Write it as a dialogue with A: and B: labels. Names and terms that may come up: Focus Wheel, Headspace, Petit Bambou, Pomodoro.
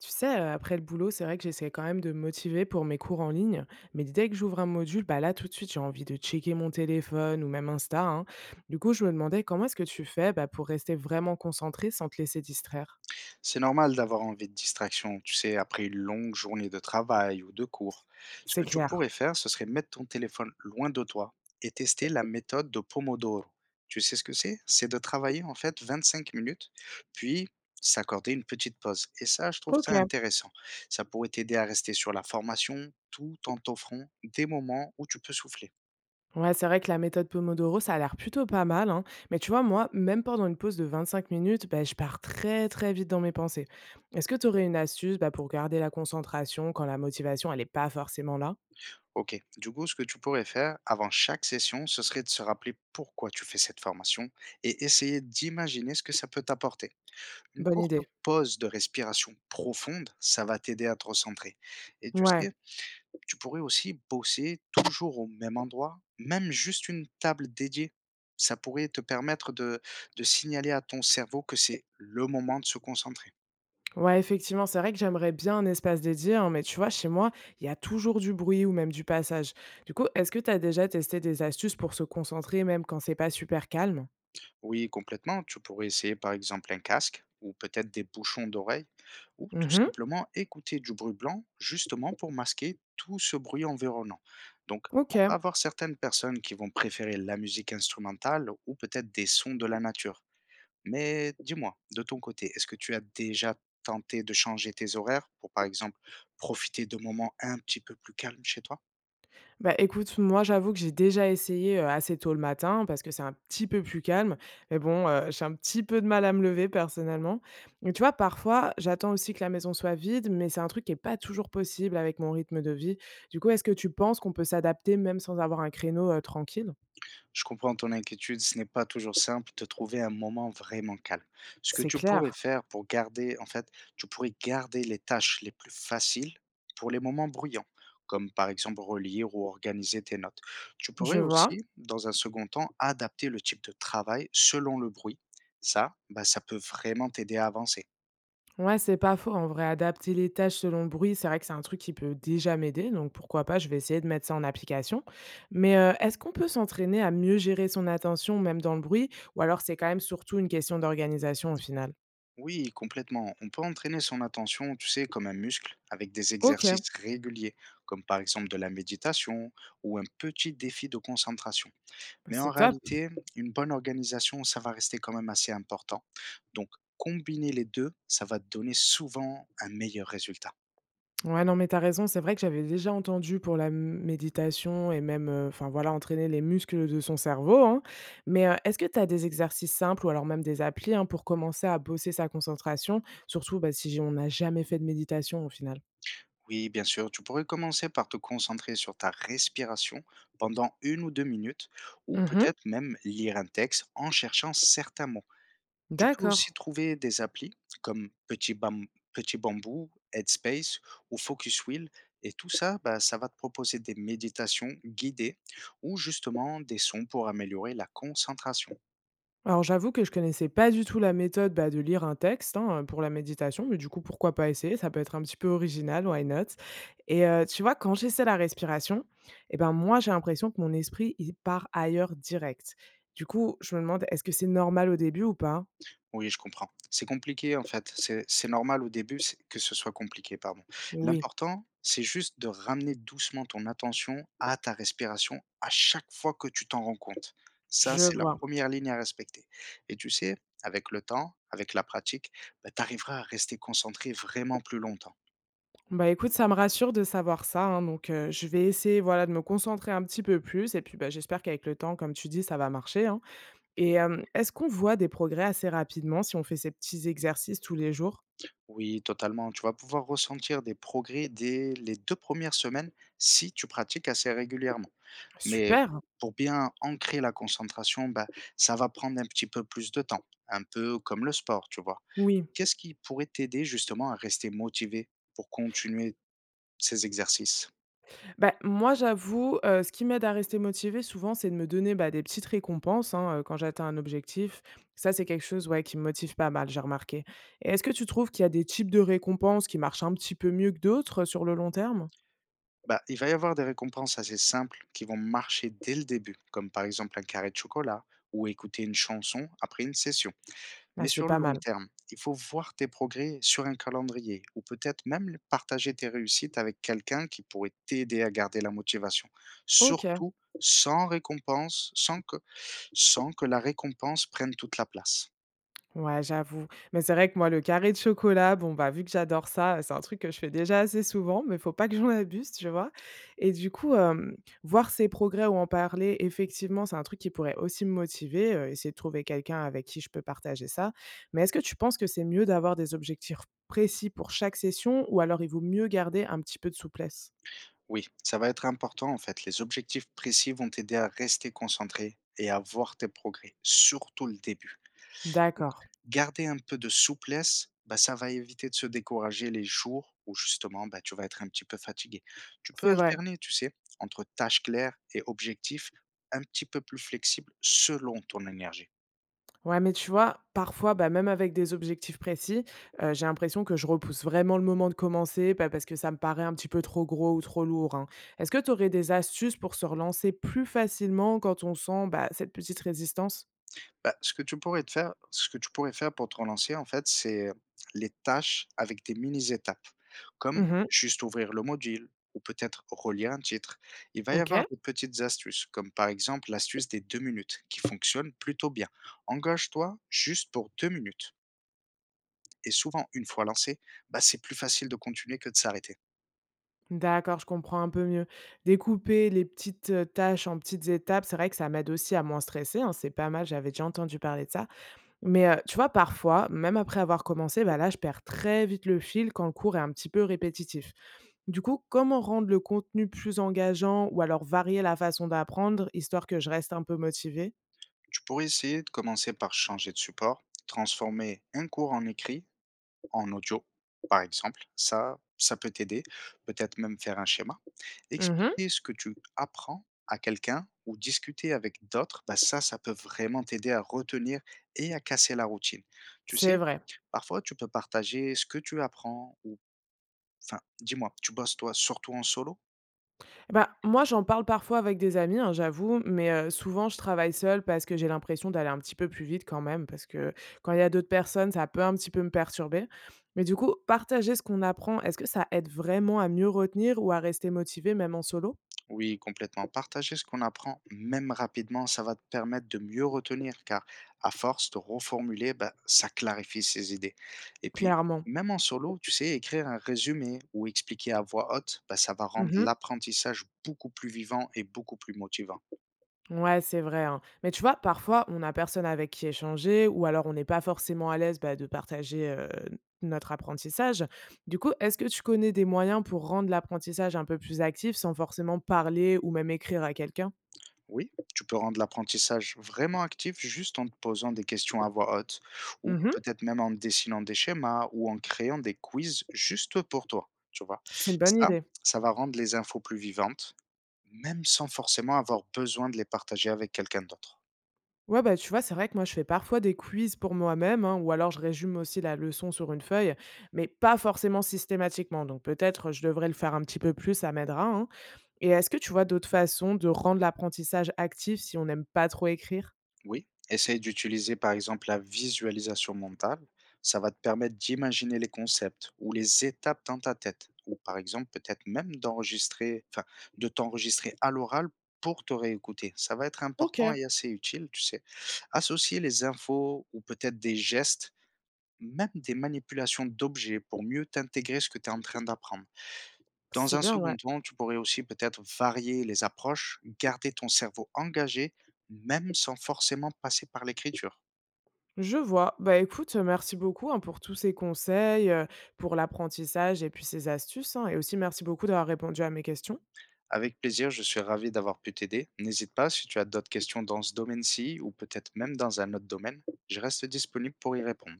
A: Tu sais, après le boulot, c'est vrai que j'essaie quand même de me motiver pour mes cours en ligne, mais dès que j'ouvre un module, bah, là, tout de suite, j'ai envie de checker mon téléphone ou même Insta, hein. Du coup, je me demandais comment est-ce que tu fais, bah, pour rester vraiment concentré sans te laisser distraire?
B: C'est normal d'avoir envie de distraction, tu sais, après une longue journée de travail ou de cours. Ce
A: C'est
B: que tu
A: clair.
B: pourrais faire, ce serait mettre ton téléphone loin de toi et tester la méthode de Pomodoro. Tu sais ce que c'est? C'est de travailler en fait 25 minutes, puis s'accorder une petite pause. Et ça, je trouve ça
A: OK.
B: intéressant. Ça pourrait t'aider à rester sur la formation tout en t'offrant des moments où tu peux souffler.
A: Ouais, c'est vrai que la méthode Pomodoro, ça a l'air plutôt pas mal, hein. Mais tu vois, moi, même pendant une pause de 25 minutes, bah, je pars très très vite dans mes pensées. Est-ce que tu aurais une astuce bah, pour garder la concentration quand la motivation, elle n'est pas forcément là?
B: OK. Du coup, ce que tu pourrais faire avant chaque session, ce serait de se rappeler pourquoi tu fais cette formation et essayer d'imaginer ce que ça peut t'apporter. Une
A: Bonne
B: courte
A: idée.
B: pause de respiration profonde, ça va t'aider à te recentrer. Et tu
A: Ouais,
B: sais, tu pourrais aussi bosser toujours au même endroit, même juste une table dédiée. Ça pourrait te permettre de signaler à ton cerveau que c'est le moment de se concentrer.
A: ouais, effectivement, c'est vrai que j'aimerais bien un espace dédié, hein, mais tu vois, chez moi, il y a toujours du bruit ou même du passage. Du coup, est-ce que tu as déjà testé des astuces pour se concentrer même quand c'est pas super calme?
B: Oui, complètement. Tu pourrais essayer par exemple un casque ou peut-être des bouchons d'oreille ou tout
A: Mhm.
B: simplement écouter du bruit blanc justement pour masquer tout ce bruit environnant. Donc, on
A: OK.
B: va avoir certaines personnes qui vont préférer la musique instrumentale ou peut-être des sons de la nature. Mais dis-moi, de ton côté, est-ce que tu as déjà tenté de changer tes horaires pour, par exemple, profiter de moments un petit peu plus calmes chez toi?
A: Bah, écoute, moi, j'avoue que j'ai déjà essayé, assez tôt le matin parce que c'est un petit peu plus calme. Mais bon, j'ai un petit peu de mal à me lever personnellement. Mais tu vois, parfois, j'attends aussi que la maison soit vide, mais c'est un truc qui est pas toujours possible avec mon rythme de vie. Du coup, est-ce que tu penses qu'on peut s'adapter même sans avoir un créneau, tranquille?
B: Je comprends ton inquiétude, ce n'est pas toujours simple de trouver un moment vraiment calme. Ce que
A: C'est
B: tu pourrais
A: clair.
B: faire pour garder, en fait, tu pourrais garder les tâches les plus faciles pour les moments bruyants, comme par exemple relire ou organiser tes notes. Tu
A: Je
B: pourrais
A: vois.
B: aussi, dans un second temps, adapter le type de travail selon le bruit. Ça, bah, ça peut vraiment t'aider à avancer.
A: Ouais, c'est pas faux. En vrai, adapter les tâches selon le bruit, c'est vrai que c'est un truc qui peut déjà m'aider. Donc pourquoi pas, je vais essayer de mettre ça en application. Mais est-ce qu'on peut s'entraîner à mieux gérer son attention, même dans le bruit? Ou alors c'est quand même surtout une question d'organisation au final?
B: Oui, complètement. On peut entraîner son attention, tu sais, comme un muscle, avec des
A: Ok,
B: exercices réguliers, comme par exemple de la méditation ou un petit défi de concentration. Mais en
A: c'est top.
B: réalité, une bonne organisation, ça va rester quand même assez important. Donc, combiner les deux, ça va te donner souvent un meilleur résultat.
A: Ouais, non, mais t'as raison. C'est vrai que j'avais déjà entendu pour méditation et même, enfin voilà, entraîner les muscles de son cerveau, hein. Mais est-ce que t'as des exercices simples ou alors même des applis hein, pour commencer à bosser sa concentration? Surtout bah, si on n'a jamais fait de méditation au final.
B: Oui, bien sûr, tu pourrais commencer par te concentrer sur ta respiration pendant une ou deux minutes, ou
A: Mmh mh.
B: peut-être même lire un texte en cherchant certains mots. Tu peux
A: D'accord.
B: aussi trouver des applis comme Petit Bambou, Headspace ou Focus Wheel. Et tout ça, bah, ça va te proposer des méditations guidées ou justement des sons pour améliorer la concentration.
A: Alors j'avoue que je connaissais pas du tout la méthode, bah, de lire un texte, hein, pour la méditation, mais du coup, pourquoi pas essayer? Ça peut être un petit peu original, why not? Et tu vois, quand j'essaie la respiration, et ben, moi, j'ai l'impression que mon esprit, il part ailleurs direct. Du coup, je me demande, est-ce que c'est normal au début ou pas?
B: Oui, je comprends. C'est compliqué en fait. C'est normal au début que ce soit compliqué, pardon.
A: Oui,
B: L'important, c'est juste de ramener doucement ton attention à ta respiration à chaque fois que tu t'en rends compte. Ça,
A: je
B: c'est la
A: vois.
B: première ligne à respecter. Et tu sais, avec le temps, avec la pratique, bah, tu arriveras à rester concentré vraiment plus longtemps.
A: Bah, écoute, ça me rassure de savoir ça, hein, donc je vais essayer, voilà, de me concentrer un petit peu plus et puis, bah, j'espère qu'avec le temps, comme tu dis, ça va marcher, hein. Et est-ce qu'on voit des progrès assez rapidement si on fait ces petits exercices tous les jours?
B: Oui, totalement. Tu vas pouvoir ressentir des progrès dès les deux premières semaines si tu pratiques assez régulièrement. Mais
A: Super!
B: pour bien ancrer la concentration, bah, ça va prendre un petit peu plus de temps, un peu comme le sport, tu vois.
A: Oui.
B: Qu'est-ce qui pourrait t'aider justement à rester motivé pour continuer ces exercices?
A: Bah, moi, j'avoue, ce qui m'aide à rester motivée souvent, c'est de me donner, bah, des petites récompenses, hein, quand j'atteins un objectif. Ça, c'est quelque chose, ouais, qui me motive pas mal, j'ai remarqué. Et est-ce que tu trouves qu'il y a des types de récompenses qui marchent un petit peu mieux que d'autres, sur le long terme?
B: Bah, il va y avoir des récompenses assez simples qui vont marcher dès le début, comme par exemple un carré de chocolat ou écouter une chanson après une session.
A: Ah,
B: Mais
A: c'est
B: sur le
A: pas
B: long
A: mal.
B: terme, il faut voir tes progrès sur un calendrier ou peut-être même partager tes réussites avec quelqu'un qui pourrait t'aider à garder la motivation.
A: OK.
B: Surtout sans récompense, sans que la récompense prenne toute la place.
A: Ouais, j'avoue. Mais c'est vrai que moi, le carré de chocolat, bon, bah, vu que j'adore ça, c'est un truc que je fais déjà assez souvent, mais faut pas que j'en abuse, tu vois? Et du coup, voir ses progrès ou en parler, effectivement, c'est un truc qui pourrait aussi me motiver, essayer de trouver quelqu'un avec qui je peux partager ça. Mais est-ce que tu penses que c'est mieux d'avoir des objectifs précis pour chaque session ou alors il vaut mieux garder un petit peu de souplesse?
B: Oui, ça va être important en fait. Les objectifs précis vont t'aider à rester concentré et à voir tes progrès, surtout le début. Donc,
A: D'accord,
B: garder un peu de souplesse, bah, ça va éviter de se décourager les jours où justement, bah, tu vas être un petit peu fatigué. Tu peux
A: c'est vrai.
B: alterner, tu sais, entre tâches claires et objectifs un petit peu plus flexibles selon ton énergie.
A: Ouais, mais tu vois, parfois, bah, même avec des objectifs précis, j'ai l'impression que je repousse vraiment le moment de commencer, bah, parce que ça me paraît un petit peu trop gros ou trop lourd, hein. Est-ce que tu aurais des astuces pour se relancer plus facilement quand on sent, bah, cette petite résistance?
B: Bah, ce que tu pourrais faire pour te relancer, en fait, c'est les tâches avec des mini étapes, comme
A: Mhm.
B: juste ouvrir le module ou peut-être relire un titre. Il va y avoir
A: OK.
B: des petites astuces, comme par exemple l'astuce des 2 minutes qui fonctionne plutôt bien. Engage-toi juste pour 2 minutes et souvent une fois lancé, bah, c'est plus facile de continuer que de s'arrêter.
A: D'accord, je comprends un peu mieux. Découper les petites, tâches en petites étapes, c'est vrai que ça m'aide aussi à moins stresser, hein, c'est pas mal, j'avais déjà entendu parler de ça. Mais, tu vois, parfois, même après avoir commencé, bah, là, je perds très vite le fil quand le cours est un petit peu répétitif. Du coup, comment rendre le contenu plus engageant ou alors varier la façon d'apprendre, histoire que je reste un peu motivée?
B: Tu pourrais essayer de commencer par changer de support, transformer un cours en écrit en audio, par exemple. Ça peut t'aider. Peut-être même faire un schéma.
A: Mmh.
B: Expliquer ce que tu apprends à quelqu'un ou discuter avec d'autres, bah ça, ça peut vraiment t'aider à retenir et à casser la routine. Tu
A: C'est
B: sais,
A: vrai.
B: parfois, tu peux partager ce que tu apprends dis-moi, tu bosses toi surtout en solo?
A: Bah, moi, j'en parle parfois avec des amis, hein, j'avoue, mais, souvent, je travaille seule parce que j'ai l'impression d'aller un petit peu plus vite quand même, parce que quand il y a d'autres personnes, ça peut un petit peu me perturber. Mais du coup, partager ce qu'on apprend, est-ce que ça aide vraiment à mieux retenir ou à rester motivé même en solo?
B: Oui, complètement. Partager ce qu'on apprend, même rapidement, ça va te permettre de mieux retenir, car à force de reformuler, bah, ça clarifie ses idées. Et puis,
A: Clairement.
B: même en solo, tu sais, écrire un résumé ou expliquer à voix haute, bah, ça va rendre
A: Mmh.
B: l'apprentissage beaucoup plus vivant et beaucoup plus motivant.
A: Ouais, c'est vrai, hein. Mais tu vois, parfois, on a personne avec qui échanger ou alors on n'est pas forcément à l'aise, bah, de partager, notre apprentissage. Du coup, est-ce que tu connais des moyens pour rendre l'apprentissage un peu plus actif sans forcément parler ou même écrire à quelqu'un?
B: Oui, tu peux rendre l'apprentissage vraiment actif juste en te posant des questions à voix haute, ou
A: Mmh.
B: peut-être même en dessinant des schémas ou en créant des quiz juste pour toi, tu vois.
A: C'est une bonne
B: Ça,
A: idée.
B: ça va rendre les infos plus vivantes. Même sans forcément avoir besoin de les partager avec quelqu'un d'autre.
A: Ouais, bah, tu vois, c'est vrai que moi, je fais parfois des quiz pour moi-même, hein, ou alors je résume aussi la leçon sur une feuille, mais pas forcément systématiquement. Donc peut-être je devrais le faire un petit peu plus, ça m'aidera, hein. Et est-ce que tu vois d'autres façons de rendre l'apprentissage actif si on n'aime pas trop écrire?
B: Oui, essaye d'utiliser par exemple la visualisation mentale. Ça va te permettre d'imaginer les concepts ou les étapes dans ta tête. Ou par exemple, peut-être même de t'enregistrer à l'oral pour te réécouter. Ça va être
A: Ok,
B: important et assez utile, tu sais. Associer les infos ou peut-être des gestes, même des manipulations d'objets pour mieux t'intégrer ce que tu es en train d'apprendre. Dans
A: c'est
B: un
A: bien, ouais.
B: second temps, tu pourrais aussi peut-être varier les approches, garder ton cerveau engagé, même sans forcément passer par l'écriture.
A: Je vois. Bah écoute, merci beaucoup hein, pour tous ces conseils, pour l'apprentissage et puis ces astuces, hein, et aussi merci beaucoup d'avoir répondu à mes questions.
B: Avec plaisir, je suis ravi d'avoir pu t'aider. N'hésite pas si tu as d'autres questions dans ce domaine-ci ou peut-être même dans un autre domaine. Je reste disponible pour y répondre.